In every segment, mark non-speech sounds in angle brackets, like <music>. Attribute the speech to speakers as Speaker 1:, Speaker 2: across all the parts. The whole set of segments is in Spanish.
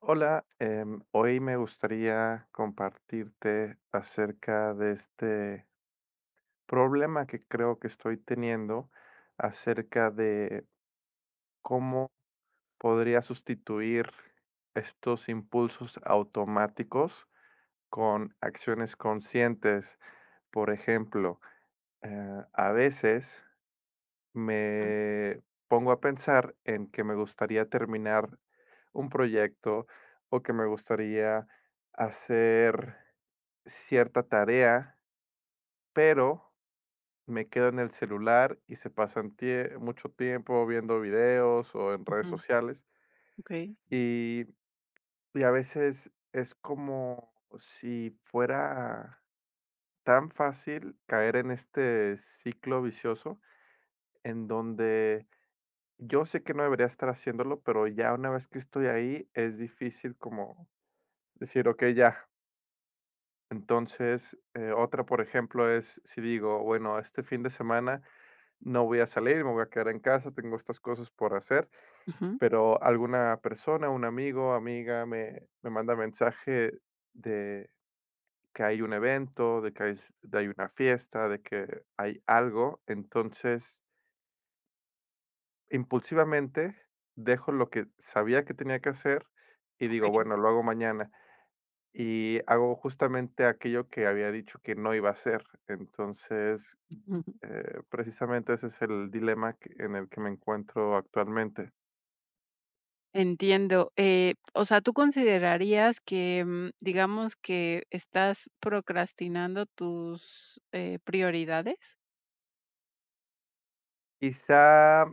Speaker 1: Hola, hoy me gustaría compartirte acerca de este problema que creo que estoy teniendo, acerca de cómo podría sustituir estos impulsos automáticos con acciones conscientes. Por ejemplo, a veces
Speaker 2: Ah,
Speaker 1: me pongo a pensar en que me gustaría terminar un proyecto o que me gustaría hacer cierta tarea, pero me quedo en el celular y se pasan mucho tiempo viendo videos o en redes
Speaker 2: ujú,
Speaker 1: sociales.
Speaker 2: okey.
Speaker 1: Y, y a veces es como si fuera tan fácil caer en este ciclo vicioso en donde yo sé que no debería estar haciéndolo, pero ya una vez que estoy ahí, es difícil como decir: "ok ya". Entonces, otra, por ejemplo, es si digo: "Bueno, este fin de semana no voy a salir, me voy a quedar en casa, tengo estas cosas por hacer",
Speaker 2: Ujú.
Speaker 1: pero alguna persona, un amigo, amiga, me manda mensaje de que hay un evento, de que hay s de hay una fiesta, de que hay algo. Entonces impulsivamente dejo lo que sabía que tenía que hacer y digo,
Speaker 2: Okey.
Speaker 1: bueno, lo hago mañana. Y hago justamente aquello que había dicho que no iba a hacer. Entonces,
Speaker 2: Ujú.
Speaker 1: precisamente ese es el dilema en el que me encuentro actualmente.
Speaker 2: Entiendo, o sea, ¿tú considerarías que, digamos que estás procrastinando tus, prioridades?
Speaker 1: Quizá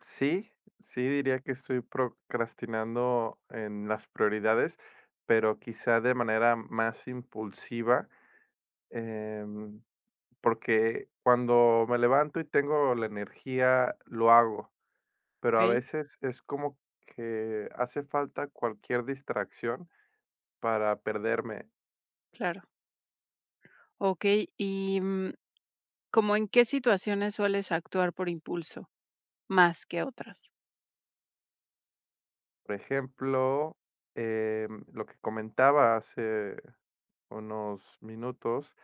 Speaker 1: sí, sí diría que estoy procrastinando en las prioridades, pero quizá de manera más impulsiva. em, Porque cuando me levanto y tengo la energía, lo hago, pero a
Speaker 2: Okey,
Speaker 1: veces es como que hace falta cualquier distracción para perderme.
Speaker 2: claro. Okey, y, ¿cómo en qué situaciones sueles actuar por impulso, más que otras?
Speaker 1: Por ejemplo, lo que comentaba hace unos minutos,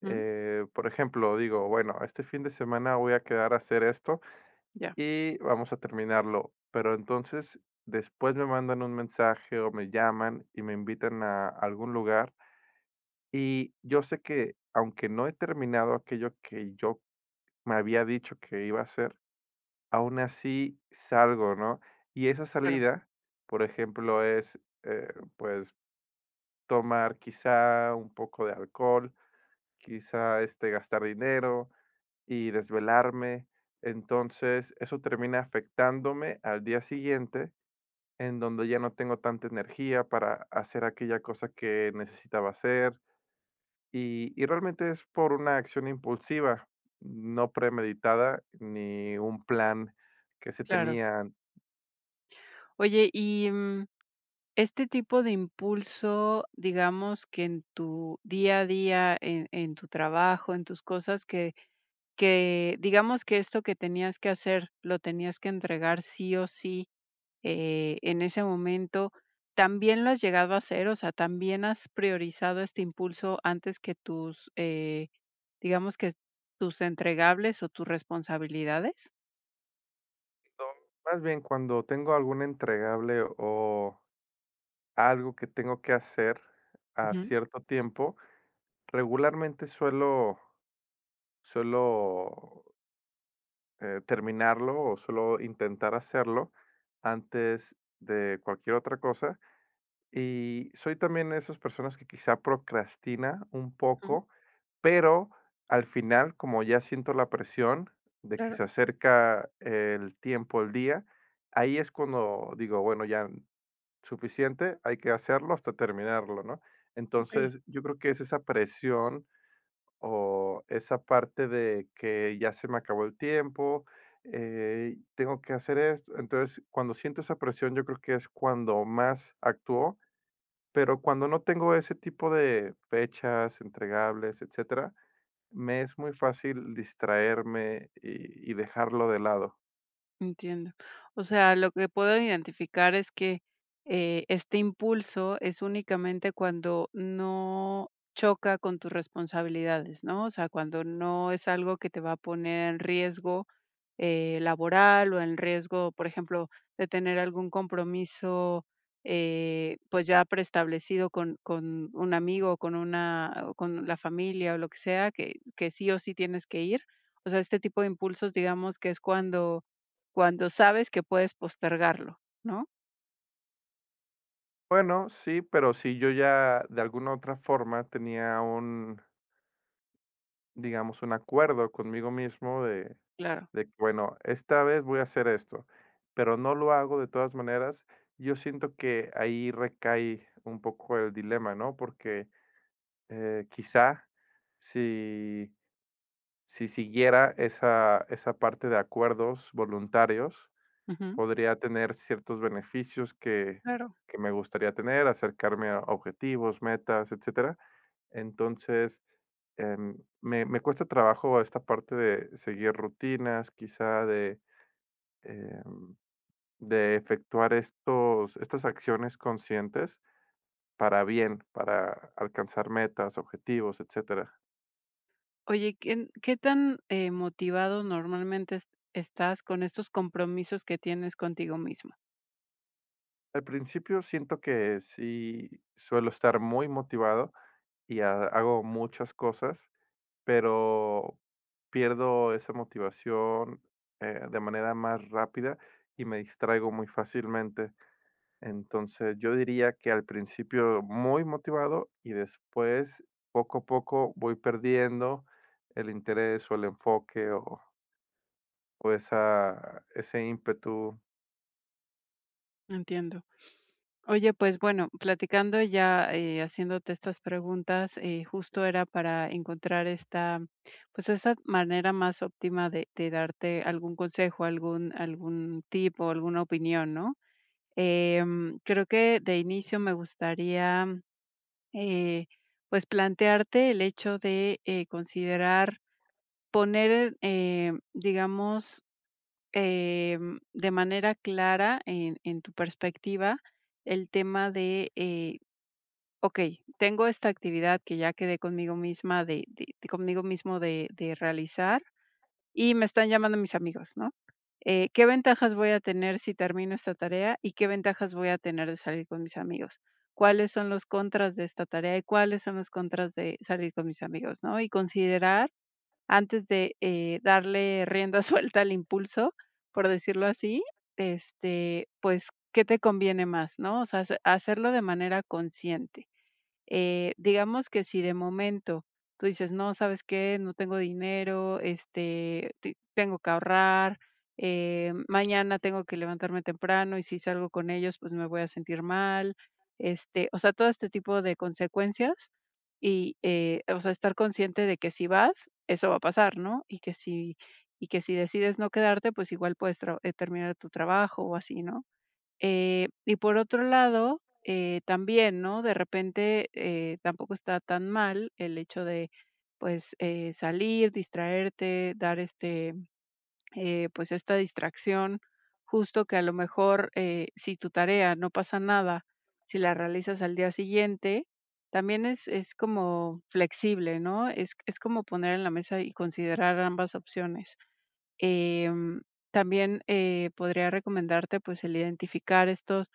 Speaker 2: Ujú,
Speaker 1: por ejemplo, digo, bueno, este fin de semana voy a quedar a hacer esto
Speaker 2: ya.
Speaker 1: y vamos a terminarlo, pero entonces después me mandan un mensaje o me llaman y me invitan a algún lugar. Y yo sé que, aunque no he terminado aquello que yo me había dicho que iba a hacer, aún así salgo, ¿no? Y esa
Speaker 2: Claro,
Speaker 1: salida, por ejemplo, es, pues, tomar quizá un poco de alcohol, quizá, este, gastar dinero y desvelarme. Entonces, eso termina afectándome al día siguiente, en donde ya no tengo tanta energía para hacer aquella cosa que necesitaba hacer. Y realmente es por una acción impulsiva, no premeditada, ni un plan que se
Speaker 2: claro.
Speaker 1: tenía.
Speaker 2: Oye, y, este tipo de impulso, digamos que en tu día a día, en tu trabajo, en tus cosas que digamos que esto que tenías que hacer, lo tenías que entregar sí o sí, en ese momento, ¿también lo has llegado a hacer? O sea, ¿también has priorizado este impulso antes que tus, digamos que tus entregables o tus responsabilidades?
Speaker 1: No, más bien cuando tengo algún entregable o algo que tengo que hacer a
Speaker 2: Ujú,
Speaker 1: cierto tiempo, regularmente suelo, terminarlo o suelo intentar hacerlo antes de cualquier otra cosa. Y soy también de esas personas que quizá procrastina un
Speaker 2: ujú,
Speaker 1: poco. Pero al final, como ya siento la presión de que
Speaker 2: claro,
Speaker 1: se acerca el tiempo, el día, ahí es cuando digo, bueno, ya suficiente, hay que hacerlo hasta terminarlo, ¿no?
Speaker 2: ok.
Speaker 1: Entonces, yo creo que es esa presión o esa parte de que ya se me acabó el tiempo, tengo que hacer esto. Entonces, cuando siento esa presión, yo creo que es cuando más actúo, pero cuando no tengo ese tipo de fechas entregables, etcétera, me es muy fácil distraerme y dejarlo de lado.
Speaker 2: Entiendo. O sea, lo que puedo identificar es que, este impulso es únicamente cuando no choca con tus responsabilidades, ¿no? O sea, cuando no es algo que te va a poner en riesgo, laboral o en riesgo, por ejemplo, de tener algún compromiso, pues, ya preestablecido con un amigo o con una o con la familia o lo que sea, que sí o sí tienes que ir. O sea, este tipo de impulsos, digamos que es cuando cuando sabes que puedes postergarlo, ¿no?
Speaker 1: Bueno, sí, pero si yo ya de alguna otra forma tenía un, digamos, un acuerdo conmigo mismo de
Speaker 2: Claro.
Speaker 1: de que, bueno, esta vez voy a hacer esto, pero no lo hago de todas maneras, yo siento que ahí recae un poco el dilema, ¿no? Porque quizá si, si siguiera esa, esa parte de acuerdos voluntarios,
Speaker 2: Ujú.
Speaker 1: podría tener ciertos beneficios
Speaker 2: Claro.
Speaker 1: que me gustaría tener, acercarme a objetivos, metas, etcétera. Entonces, me cuesta trabajo esta parte de seguir rutinas, quizá de, em, de efectuar estos estas acciones conscientes para bien, para alcanzar metas, objetivos, etcétera.
Speaker 2: Oye, ¿qué qué tan, motivado normalmente es estás con estos compromisos que tienes contigo mismo?
Speaker 1: Al principio siento que sí suelo estar muy motivado y ha hago muchas cosas. Pero pierdo esa motivación, de manera más rápida y me distraigo muy fácilmente. Entonces, yo diría que al principio muy motivado y después poco a poco voy perdiendo el interés o el enfoque o esa, ese ímpetu.
Speaker 2: Entiendo. Oye, pues bueno, platicando ya, haciéndote estas preguntas, justo era para encontrar esta, pues, esta manera más óptima de darte algún consejo, algún algún tip o alguna opinión, ¿no? Creo que de inicio me gustaría eh, pues, plantearte el hecho de, considerar poner, digamos, de manera clara en tu perspectiva el tema de, okey, tengo esta actividad que ya quedé conmigo misma conmigo mismo de realizar, y me están llamando mis amigos, ¿no? Qué ventajas voy a tener si termino esta tarea y qué ventajas voy a tener de salir con mis amigos? ¿Cuáles son los contras de esta tarea y cuáles son los contras de salir con mis amigos? ¿No? Y considerar antes de darle rienda <laughs> suelta al impulso, por decirlo así, este, pues, ¿qué te conviene más? ¿No? O sea, hacerlo de manera consciente. Digamos que si de momento tú dices: "No, ¿sabes qué? No tengo dinero, este, te tengo que ahorrar, mañana tengo que levantarme temprano y si salgo con ellos, pues me voy a sentir mal", este, o sea, todo este tipo de consecuencias y, o sea, estar consciente de que si vas, eso va a pasar, ¿no? Y que si decides no quedarte, pues igual puedes tra terminar tu trabajo o así, ¿no? Y por otro lado, también, ¿no? De repente, tampoco está tan mal el hecho de, pues, salir, distraerte, dar este, pues, esta distracción, justo que a lo mejor, si tu tarea no pasa nada, si la realizas al día siguiente, también es como flexible, ¿no? Es como poner en la mesa y considerar ambas opciones. Em, también, podría recomendarte, pues, el identificar estos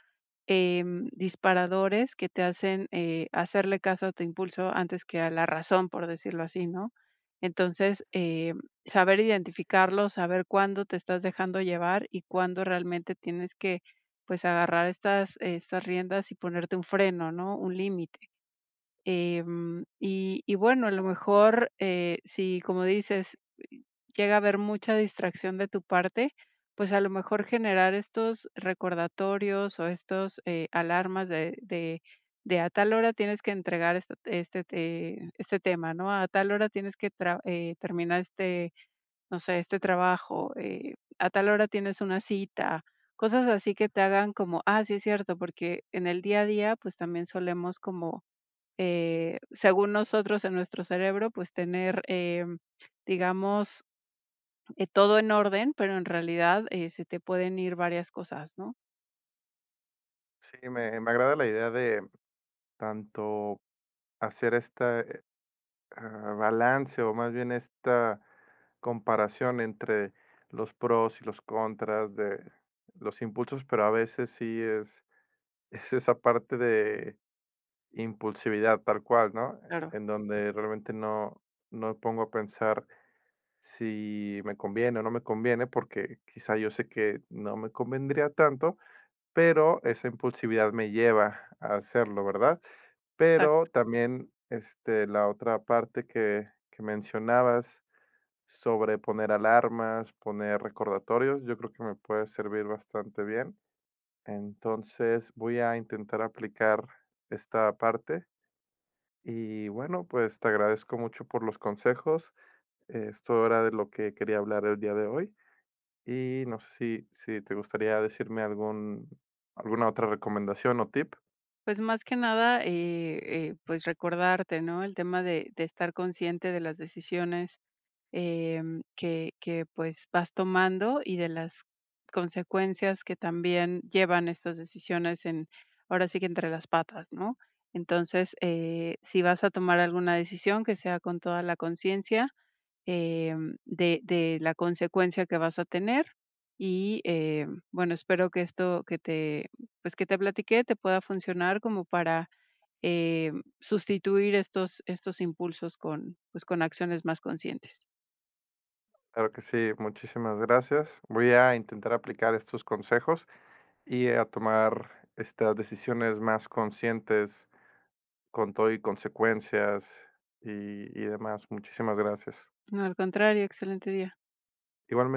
Speaker 2: disparadores que te hacen, hacerle caso a tu impulso antes que a la razón, por decirlo así, ¿no? Entonces, saber identificarlo, saber cuándo te estás dejando llevar y cuándo realmente tienes que, pues, agarrar estas estas riendas y ponerte un freno, ¿no? Un límite. Y bueno, a lo mejor, si, como dices, llega a haber mucha distracción de tu parte, pues a lo mejor generar estos recordatorios o estos alarmas de a tal hora tienes que entregar este tema, ¿no? A tal hora tienes que terminar este, no sé, este trabajo, a tal hora tienes una cita, cosas así que te hagan como, ah, sí es cierto, porque en el día a día pues también solemos como, según nosotros en nuestro cerebro, pues tener, digamos, todo en orden, pero en realidad, se te pueden ir varias cosas, ¿no?
Speaker 1: Sí, me agrada la idea de tanto hacer esta, balance o más bien esta comparación entre los pros y los contras de los impulsos, pero a veces sí es, <laughs> es esa parte de impulsividad tal cual, ¿no?
Speaker 2: Claro.
Speaker 1: En donde realmente no, no me pongo a pensar si me conviene o no me conviene, porque quizá yo sé que no me convendría tanto, pero esa impulsividad me lleva a hacerlo, ¿verdad? Pero
Speaker 2: Exacto.
Speaker 1: también, este, la otra parte que mencionabas sobre poner alarmas, poner recordatorios, yo creo que me puede servir bastante bien. Entonces, voy a intentar aplicar esta parte y, bueno, pues, te agradezco mucho por los consejos. Esto era de lo que quería hablar el día de hoy, y no sé si te gustaría decirme algún alguna otra recomendación o tip.
Speaker 2: Pues más que nada, pues recordarte, ¿no? El tema de estar consciente de las decisiones, que, pues, vas tomando y de las consecuencias que también llevan estas decisiones en ahora sí que entre las patas, ¿no? Entonces, si vas a tomar alguna decisión, que sea con toda la conciencia de la consecuencia que vas a tener. Y, bueno, espero que esto que te pues, que te platiqué te pueda funcionar como para, eh, sustituir estos estos impulsos con, pues, con acciones más conscientes.
Speaker 1: Claro que sí, muchísimas gracias. Voy a intentar aplicar estos consejos y a tomar estas decisiones más conscientes con todo y consecuencias y demás. Muchísimas gracias.
Speaker 2: No, al contrario, excelente día.
Speaker 1: Igualmente.